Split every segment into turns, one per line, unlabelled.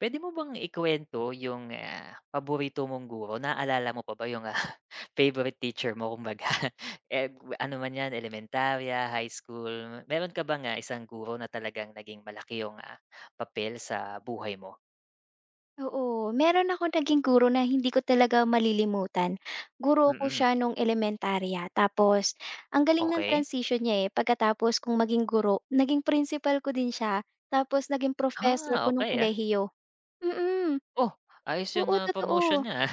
Puwede mo bang ikuwento yung, paborito mong guro? Naalala mo pa ba yung, favorite teacher mo kumbaga? Eh, ano man 'yan, elementarya, high school, meron ka bang, isang guro na talagang naging malaki yung, papel sa buhay mo?
Oo, meron akong naging guro na hindi ko talaga malilimutan. Guro ko
Mm,
siya nung elementarya tapos ang galing ng
okey.
transition niya, eh, pagkatapos kong maging guro, naging principal ko din siya tapos naging professor
Ah,
ko nung
okey, ah.
kolehiyo. Mm.
Oh, ayos yung,
Oo, totoo.
promotion niya, ah.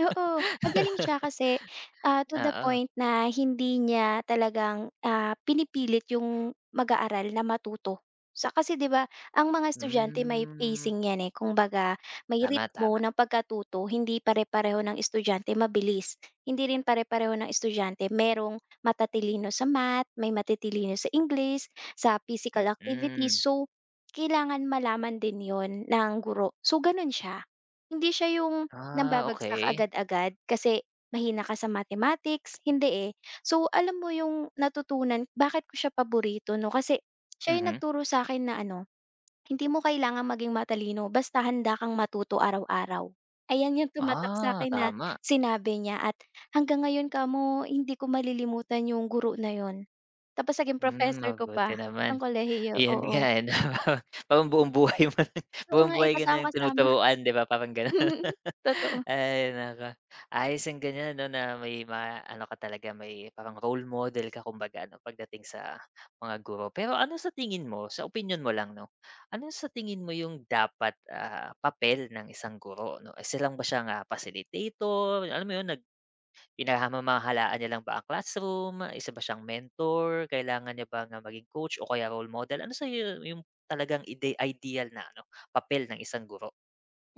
Oo, magaling siya kasi, to the
Oo,
point na hindi niya talagang, pinipilit yung mag-aaral na matuto. Sa kasi 'di ba, ang mga estudyante may
hmm,
pacing 'yan, eh. Kumbaga may
tama,
ritmo
tama,
ng pagkatuto, hindi pare-pareho ng estudyante mabilis. Hindi rin pare-pareho ng estudyante merong matatilino sa math, may matatilino sa English, sa physical activities.
mm.
So kailangan malaman din yon ng guro. So gano'n siya, hindi siya yung
Ah,
nambabagsak
okey,
agad-agad kasi mahina ka sa mathematics, hindi eh. So alam mo yung natutunan bakit ko siya paborito 'no, kasi siya yung
mhm.
nagturo sa akin na ano, hindi mo kailangan maging matalino basta handa kang matuto araw-araw. Ayan yung tumatak sa
Ah,
akin na
tama,
sinabi niya at hanggang ngayon kamo hindi ko malilimutan yung guro na 'yun. Tapos naging
hmm,
professor ko
mabuti
pa ng
naman.
kolehiyo,
Iyan
oo.
nga, eh, 'no, parang
Oo
buong
nga eh,
buhay ka nilang
kasama-kasama.
tinuturuan, 'di ba, parang gano'n.
Totoo.
Ay, naku, ayos yung ganyan, 'no, na may maano ka talaga, may parang role model ka kumbaga, 'no, pagdating sa mga guro. Pero ano sa tingin mo, sa opinion mo lang, 'no, ano sa tingin mo yung dapat, papel ng isang guro, 'no? Isa lang ba siyang, facilitator, alam mo yun? Pinahamamahalaan niya lang ba ang classroom, isa ba siyang mentor, kailangan niya bang, maging coach o kaya role model? Ano sa'yo yung talagang ideal na ano, papel ng isang guro?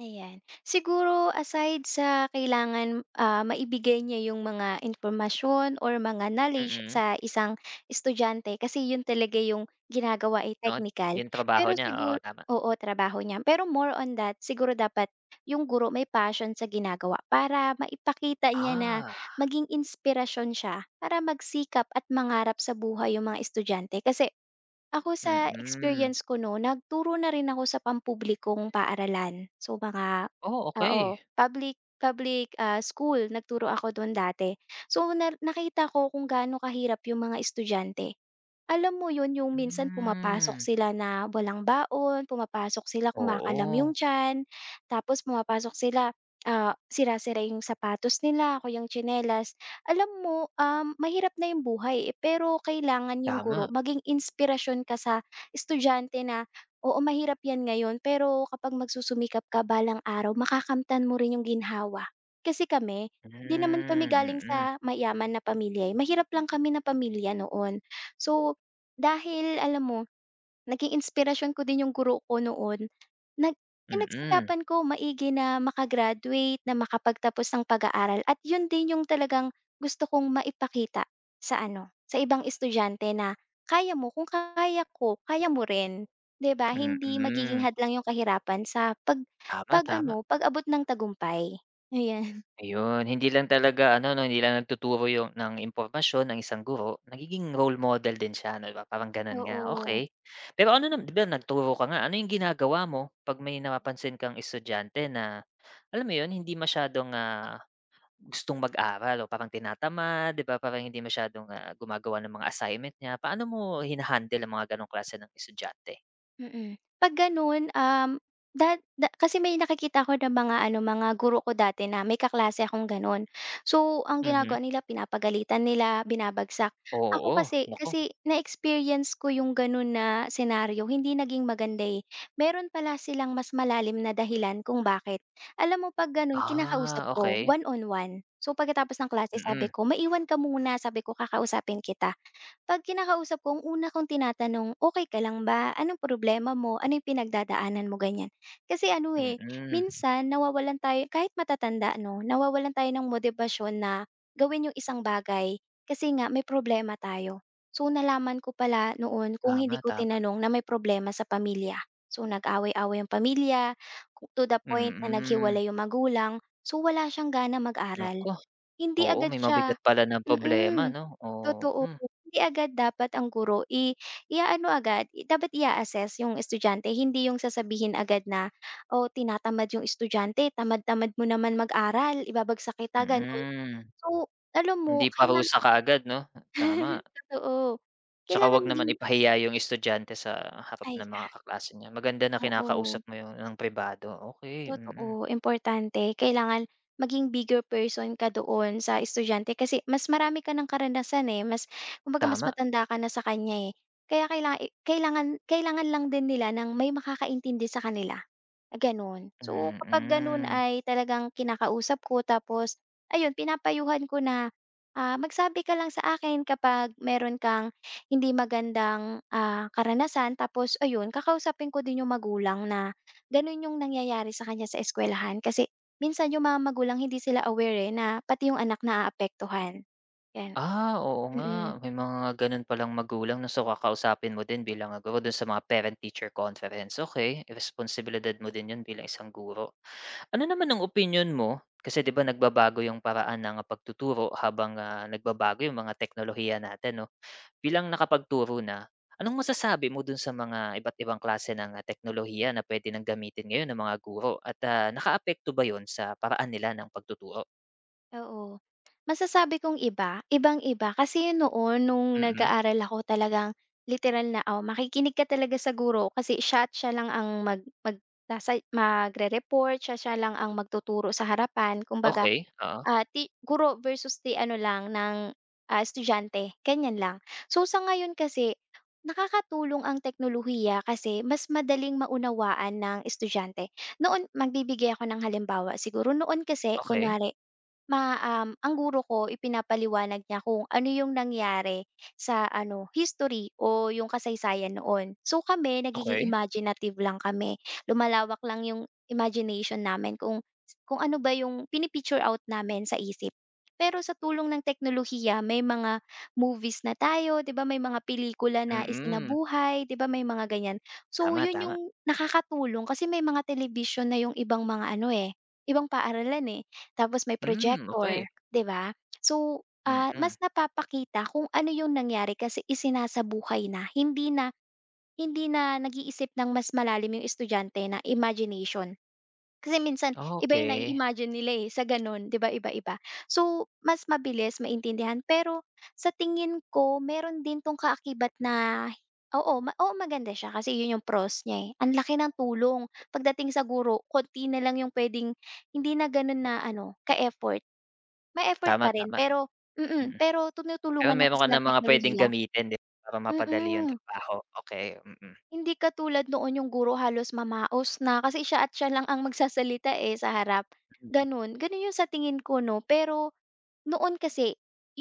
Ayan. Siguro aside sa kailangan, maibigay niya yung mga informasyon or mga knowledge
Mm,
sa isang estudyante kasi yun talaga yung ginagawa ay
oo,
technical.
yung trabaho
Pero
niya, oo,
siguro,
tama.
oo, trabaho niya. Pero more on that, siguro dapat yung guro may passion sa ginagawa para maipakita niya na
Ah,
maging inspirasyon siya para magsikap at mangarap sa buhay yung mga estudyante kasi ako sa
mm.
experience ko 'no, nagturo na rin ako sa pampublikong paaralan. So mga
Oh,
oo,
okay.
public public, school nagturo ako dun dati. So na nakita ko kung gaano kahirap yung mga estudyante. Alam mo yun, yung minsan pumapasok
Hmm,
sila na walang baon, pumapasok sila kumakalam yung
oo,
tiyan, tapos pumapasok sila, sira-sira yung sapatos nila o yung tsinelas. Alam mo, mahirap na yung buhay, eh, pero kailangan yung guro
tama.
maging inspirasyon ka sa estudyante na, oo, mahirap yan ngayon, pero kapag magsusumikap ka balang araw makakamtan mo rin yung ginhawa. Kasi kami,
Hmm,
'di naman kami
mm,
galing
mm,
sa mayaman na pamilya, eh, mahirap lang kami na pamilya noon. So dahil alam mo, naging inspirasyon ko din yung guro ko noon. Nag
mm.
pinagsikapan ko maigi na maka-graduate, na makapagtapos ng pag-aaral at yun din yung talagang gusto kong maipakita sa ano, sa ibang estudyante na kaya mo, kung kaya ko, kaya mo rin. 'Di ba, hindi magiging
Mm.
hadlang yung kahirapan sa pag
Tama, tama.
pag-ano, pag-abot ng tagumpay, ayan,
Ayun, hindi lang talaga ano 'no, hindi lang nagtuturo yung ng impormasyon ang isang guro, nagiging role model din siya 'no, ba parang gano'n nga,
oo.
okey. Pero ano nam 'di ba nagturo ka nga, ano yung ginagawa mo 'pag may napapansin kang estudyante na, alam mo 'yun, hindi masyadong, gustong mag-aral o parang tinatamad, 'di ba, parang hindi masyadong, gumagawa ng mga assignment niya, paano mo hina-handle ang mga gano'ng klase ng estudyante?
Mm. 'Pag gano'n, um, da da kasi may nakikita ko ng mga ano, mga guro ko dati na may kaklase akong gano'n. So, ang
Mhm.
ginagawa nila pinapagalitan nila, binabagsak. Ako
Oo,
kasi
naku.
kasi na-experience ko yung gano'n na senaryo, hindi naging maganda, eh. Meron pala silang mas malalim na dahilan kung bakit. Alam mo 'pag gano'n kinakausap
Ah,
ko,
okey.
one on one. So, pagkatapos ng klase sabi
Mm,
ko, "Maiwan ka muna," sabi ko, "kakausapin kita." 'Pag kinakausap ko, ang una kong tinatanong, okay ka lang ba? Anong problema mo? Ano yung pinagdadaanan mo? Ganyan. Kasi ano, eh,
mm.
minsan nawawalan tayo kahit matatanda 'no, nawawalan tayo ng motibasyon na gawin yung isang bagay kasi nga may problema tayo. So, nalaman ko pala noon kung hindi
Tama,
ko
tama.
tinanong na may problema sa pamilya. So, nag-away-away ang pamilya to the point na
Mm,
naghiwalay yung magulang. So, wala siyang gana mag-aral.
naku,
Hindi
oo,
agad
may
siya.
mabigat pala na problema
Mm,
'no, oo,
totoo.
hmm,
Hindi agad dapat ang guro i-aano agad, dapat i assess yung estudyante, hindi yung sasabihin agad na, "Oh, tinatamad yung estudyante, tamad-tamad mo naman mag-aral, ibabagsak kita." Gano'n.
mm.
So, alam
Hindi
mo kailangan.
parusa kaagad 'no, tama.
Totoo.
Tsaka
Kailangan
'wag naman
maging,
ipahiya yung estudyante sa harap
ay,
ng mga kaklase niya, maganda na
oo.
kinakausap mo yun ng pribado, okey, mm,
Totoo, importante kailangan maging bigger person ka doon sa estudyante kasi mas marami ka ng karanasan, eh, mas kumbaga mas
tama,
matanda ka na sa kanya, eh. Kaya kailangan lang din nila ng may makakaintindi sa kanila, gano'n. So,
mm,
kapag gano'n
mm.
ay talagang kinakausap ko tapos ayun pinapayuhan ko na, "Magsabi ka lang sa akin kapag meron kang hindi magandang, karanasan." Tapos ayun kakausapin ko din yung magulang na ganun yung nangyayari sa kanya sa eskuwelahan kasi minsan yung mga magulang hindi sila aware, eh, na pati yung anak naaapektuhan, yan.
Ah, oo
Mm,
nga, may mga gano'n palang magulang na, so kakausapin mo din bilang, guro do'n sa mga parent-teacher conference, okey, responsibilidad mo din 'yun bilang isang guro. Ano naman ang opinyon mo, kasi 'di ba nagbabago yung paraan ng pagtuturo habang, nagbabago yung mga teknolohiya natin 'no. Bilang nakapagturo na, anong masasabi mo dun sa mga iba't ibang klase ng, teknolohiya na puwede ng gamitin ngayon ng mga guro at, nakaapekto ba 'yun sa paraan nila ng pagtuturo?
oo. Masasabi kong iba, ibang-iba kasi noon nung
Mm,
nag-aaral ako talagang literal na, oo, makikinig ka talaga sa guro kasi siya at siya lang ang mag mag nasa magre-report, siya siya lang ang magtuturo sa harapan kumbaga.
okay,
Ah, ti Guro versus the ano lang ng, estudyante, ganyan lang. So, sa ngayon kasi nakakatulong ang teknolohiya kasi mas madaling maunawaan ng estudyante. Noon magbibigay ako ng halimbawa, siguro noon kasi
okay,
kunwari. Ang guro ko ipinapaliwanag niya kung ano yung nangyari sa ano, history o yung kasaysayan noon. So kami nagiging
okay.
imaginative lang kami, lumalawak lang yung imagination namin kung ano ba yung pini-picture out namin sa isip. Pero sa tulong ng teknolohiya may mga movies na tayo, 'di ba, may mga pelikula na
Mm,
isinabuhay, 'di ba, may mga ganyan. So
tama,
yun
tama.
yung nakakatulong kasi may mga television na yung ibang mga ano, eh, ibang paaralan, eh. Tapos may
Hmm, okey.
projector, 'di ba? So,
Mm,
mas napapakita kung ano yung nangyari kasi isinasabuhay na, hindi na nag-iisip ng mas malalim yung estudyante na imagination. Kasi minsan iba yung
okey.
nai-imagine nila, eh, sa gano'n, 'di ba, iba-iba. So, mas mabilis maintindihan pero sa tingin ko meron din 'tong kaakibat na oo, oo maganda siya kasi yun yung pros niya, eh. Ang laki ng tulong pagdating sa guro, konti na lang yung puwedeng hindi na gano'n na ano, ka-effort. May effort
Tama,
pa rin
tama,
pero
mm.
pero
Pero
tinutulungan na
meron
kasi
ka
ng
ng mga puwedeng
teknolohiya,
gamitin 'di ba para mapadali yung
mm.
trabaho, okey, mm.
Hindi katulad noon yung guro halos mamaos na kasi siya at siya lang ang magsasalita, eh, sa harap,
Mm.
gano'n. Gano'n yung sa tingin ko 'no, pero noon kasi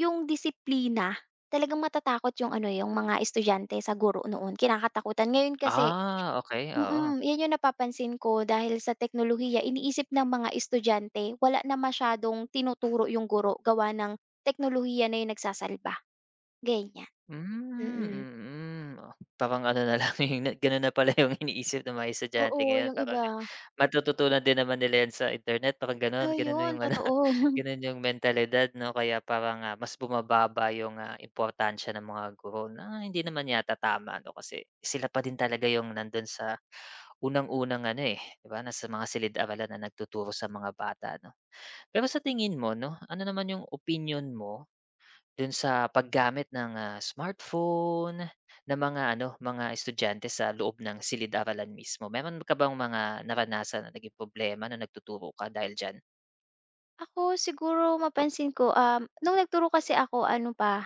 yung disiplina, talagang matatakot yung ano, yung mga estudyante sa guro noon, kinakatakutan. Ngayon kasi
Ah, okey, oo.
'yan yung napapansin ko dahil sa teknolohiya iniisip ng mga estudyante wala na masyadong tinuturo yung guro gawa ng teknolohiya na yung nagsasalba. Ganyan,
Hmm,
mm.
mm. Oh, parang ano na lang, yung, gano'n na pala yung iniisip ng mga estudyante
Oo,
ngayon,
yung
parang
iba.
matututunan din naman nila 'yan sa internet, parang
So
gano'n, gano'n na
yun,
yung ano,
totoo.
gano'n yung mentalidad 'no, kaya parang, mas bumababa yung, importansya ng mga guro na hindi naman yata tama 'no, kasi sila pa din talaga yung nando'n sa unang-unang ano, eh, 'di ba, nasa mga silid-aralan na nagtuturo sa mga bata 'no. Pero sa tingin mo 'no, ano naman yung opinion mo dun sa paggamit ng, smartphone ng mga ano, mga estudyante sa loob ng silid-aralan mismo. Meron ka bang mga naranasan na naging problema nung nagtuturo ka dahil diyan?
Ako siguro mapansin ko, nung nagturo kasi ako ano pa,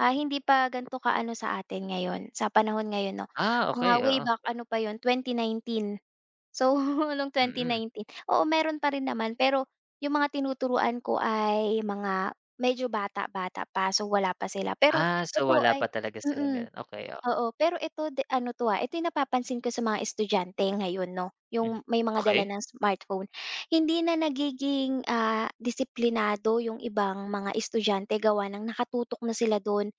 hindi pa gan'to ka-ano sa atin ngayon, sa panahon ngayon 'no.
Ah,
Mga
okey,
way
oo,
back ano pa yun, 2019. So nung twenty
mm.
nineteen, oo meron pa rin naman pero yung mga tinuturuan ko ay mga medyo bata-bata pa, so wala pa sila. Pero
Ah, so
ito
wala
ay
pa talaga silang
mm.
gano'n, okey, oo.
Oo, pero ito di ano 'to, ito yung napapansin ko sa mga estudyante ngayon 'no,
Hmm,
yung may mga dala
okey.
ng smartphone. Hindi na nagiging, disiplinado yung ibang mga estudyante gawa ng nakatutok na sila dun.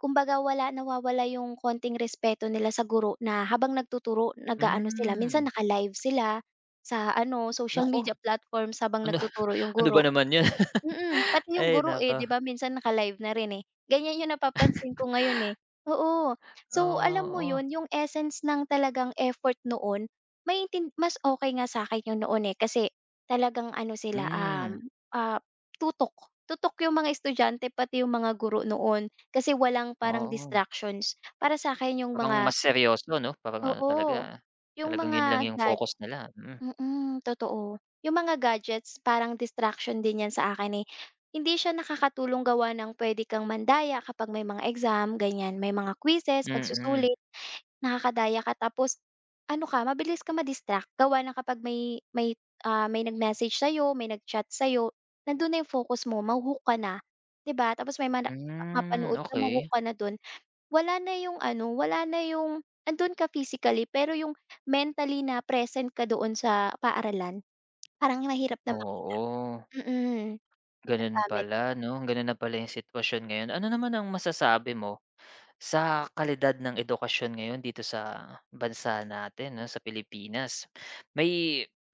Kumbaga wala nawawala yung konting respeto nila sa guro na habang nagtuturo nag-aano sila, minsan
Hmm,
naka-live sila sa ano, social
naku,
media platforms habang
ano
nagtuturo yung
ano ba
guro.
naman 'yun?
Mm, pati yung
Ay,
guro, eh,
naku,
'di ba minsan naka-live na rin, eh. Ganyan yung napapansin ko ngayon, eh, oo. So, alam mo
oo.
yun, yung essence ng talagang effort noon maintin mas okey nga sa'kin yung noon, eh, kasi talagang ano sila,
Hmm,
tutok. Tutok yung mga estudyante pati yung mga guro noon kasi walang parang
oo.
distractions. Para sa'kin yung
Parang mas
mga
seryoso 'no, parang ano talaga,
oo, yung
talagang 'yun lang
mga
yung
gaya.
focus nila, mm,
Mm, totoo. Yung mga gadgets parang distraction din 'yan sa akin, eh. Hindi siya nakakatulong gawa ng puwede kang mandaya kapag may mga exam, ganyan. May mga quizzes,
mm.
pagsusulit, nakakadaya ka tapos ano ka, mabilis ka ma-distract. Gawa ng kapag may, may nag-message sa'yo, may nag-chat sa'yo, nandun na yung focus mo, mahu ka na, 'di ba? Tapos may
Hmm,
mapanood ka, mahu
okey.
ka na do'n. Wala na yung ano, wala na yung andun ka physically pero yung mentally na present ka doon sa paaralan, parang mahirap na maki
Oo,
mm,
gano'n
nagamit
pala
yun.
'no, gano'n na pala yung sitwasyon ngayon. Ano naman ang masasabi mo sa kalidad ng edukasyon ngayon dito sa bansa natin 'no, sa Pilipinas? May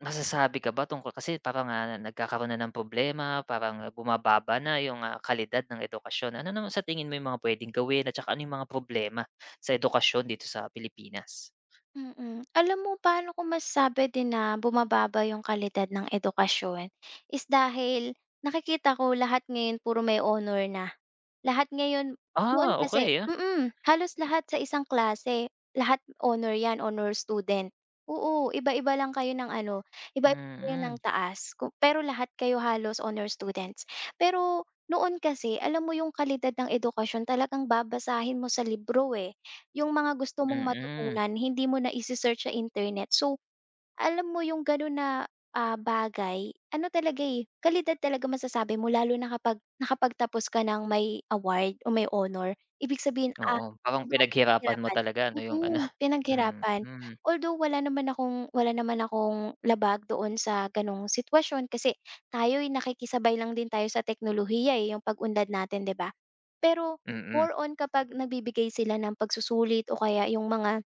masasabi ka ba tungkol kasi parang, nagkakaroon na ng problema, parang bumababa na yung, kalidad ng edukasyon. Ano naman sa tingin mo yung mga puwedeng gawin at saka ano yung mga problema sa edukasyon dito sa Pilipinas?
Mm. Alam mo paano ko masasabi din na bumababa yung kalidad ng edukasyon is dahil nakikita ko lahat ngayon puro may honor na. Lahat ngayon
Ah,
doon kasi
okey, ah.
halos lahat sa isang klase, lahat honor 'yan, honor student. Oo, iba-iba lang kayo ng ano, iba-iba kayo ng
Mm,
taas pero lahat kayo halos honor students. Pero noon kasi alam mo yung kalidad ng edukasyon talagang babasahin mo sa libro, eh. Yung mga gusto mong
mm.
matutunan hindi mo na ise-search sa internet so alam mo yung gano'n na, bagay ano talaga, eh, kalidad talaga masasabi mo lalo na kapag nakapagtapos ka ng may award o may honor. Ibig sabihin,
Oo, parang
sobrang
pinaghirapan mo
pinaghirapan,
talaga ano yung ano
pinaghirapan.
mm,
Although wala naman akong labag doon sa gano'ng sitwasyon kasi tayo'y nakikisabay lang din tayo sa teknolohiya, eh, yung pag-unlad natin, 'di ba? Pero
mm.
more on kapag nagbibigay sila ng pagsusulit o kaya yung mga.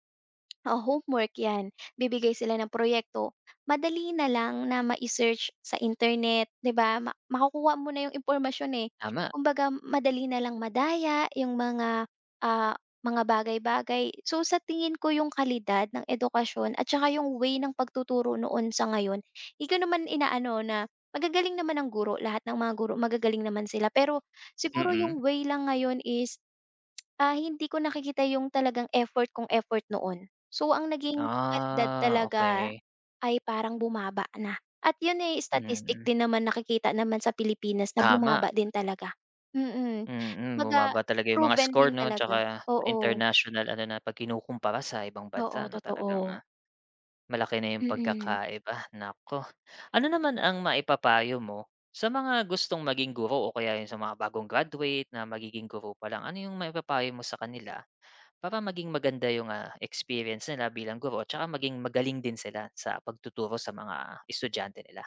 Oo, homework 'yan. Bibigay sila ng proyekto. Madali na lang na mai-search sa internet, 'di ba? Makukuha mo na 'yung impormasyon, eh.
Tama,
Kumbaga madali na lang madaya 'yung mga, mga bagay-bagay. So, sa tingin ko 'yung kalidad ng edukasyon at saka 'yung way ng pagtuturo noon sa ngayon, hindi ko naman inaano na magagaling naman ang guro, lahat ng mga guro magagaling naman sila. Pero siguro
mm.
'yung way lang ngayon is. Hindi ko nakikita yung talagang effort kong effort noon. So, ang naging kalidad
Ah,
talaga
okey,
ay parang bumaba na at yun, ay statistic
mm.
din naman nakikita naman sa Pilipinas na
Tama,
bumaba din talaga. Mm,
mm,
kumbaga
bumaba talaga yung mga
proven
score
din
'no,
talaga.
tsaka
Oo,
international ano na 'pag kinukumpara sa ibang
oo,
bansa 'no, talagang,
totoo.
malaki na yung
Mm.
pagkakaiba, naku. Ano naman ang maipapayo mo sa mga gustong maging guro o kaya yung sa mga bagong graduate na magiging guro pa lang, ano yung maipapayo mo sa kanila? Para maging maganda yung, experience nila bilang guro at saka maging magaling din sila sa pagtuturo sa mga estudyante nila.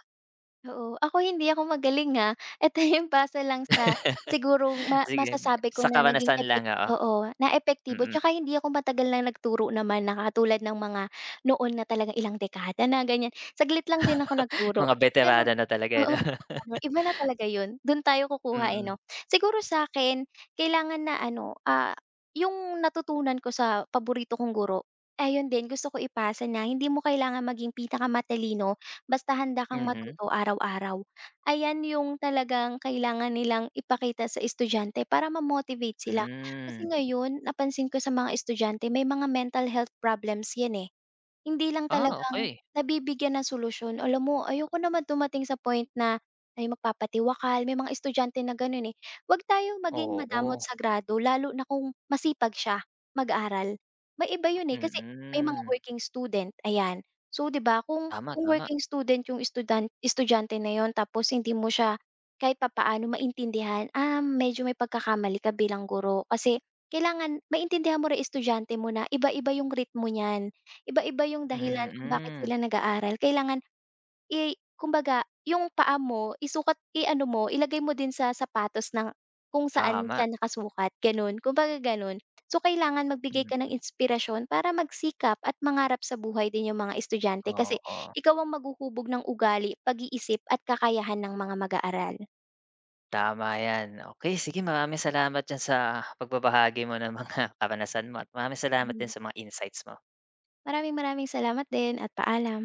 Oo, ako hindi ako magaling, ha. Ito yung base lang sa siguro ma
Sige,
masasabi ko
sa
na naging
karanasan lang, oo,
oo, na
mm,
epektibo
mm.
tsaka hindi ako matagal na nagturo naman na katulad ng mga noon na talagang ilang dekada na ganyan. Saglit lang din ako nagturo,
Mga
pero
beterano na talaga, eh,
oo,
'no?
ano, iba na talaga yun. Dun tayo kukuha, eh,
Mm,
'no. Siguro sa'kin kailangan na ano, yung natutunan ko sa paborito kong guro, ayun din gusto ko ipasa na hindi mo kailangan maging pinakamatalino basta handa
mm,
kang
mhm,
matuto araw-araw. Ayan yung talagang kailangan nilang ipakita sa estudyante para ma-motivate sila. Kasi
hmm.
ngayon napansin ko sa mga estudyante may mga mental health problems yan, eh. Hindi lang
Ah,
talagang
okay,
nabibigyan ng solusyon. Alam mo ayoko naman dumating sa point na, ay magpapatiwakal, may mga estudyante na gano'n, eh. Huwag tayong maging
oo,
madamot sa grado lalo na kung masipag siya mag-aral. May iba 'yun, eh, kasi may mga
mm.
working student, ayan. So, 'di ba kung
Tama,
kung
tama.
working student 'yung estudyante na 'yun tapos hindi mo siya kahit papaano maintindihan, medyo may pagkakamali ka bilang guro. Kasi kailangan maintindihan mo rin estudyante mo na iba-iba 'yung ritmo niyan. Iba-iba yung dahilan kung bakit
Mm,
sila nag-aaral kailangan i kumbaga yung paa mo isukat i-ano mo ilagay mo din sa sapatos ng kung saan
tama.
siya nakasukat gano'n, kumbaga gano'n. So, kailangan magbigay ka
Hmm,
ng inspirasyon para magsikap at mangarap sa buhay din yung mga estudyante kasi
oo,
ikaw ang maghuhubog ng ugali, pag-iisip at kakayahan ng mga mag-aaral.
tama 'yan. Okey, sige, maraming salamat diyan sa pagbabahagi mo ng mga karanasan mo at maraming salamat din
Mhm.
sa mga insights mo.
Maraming maraming salamat din at paalam.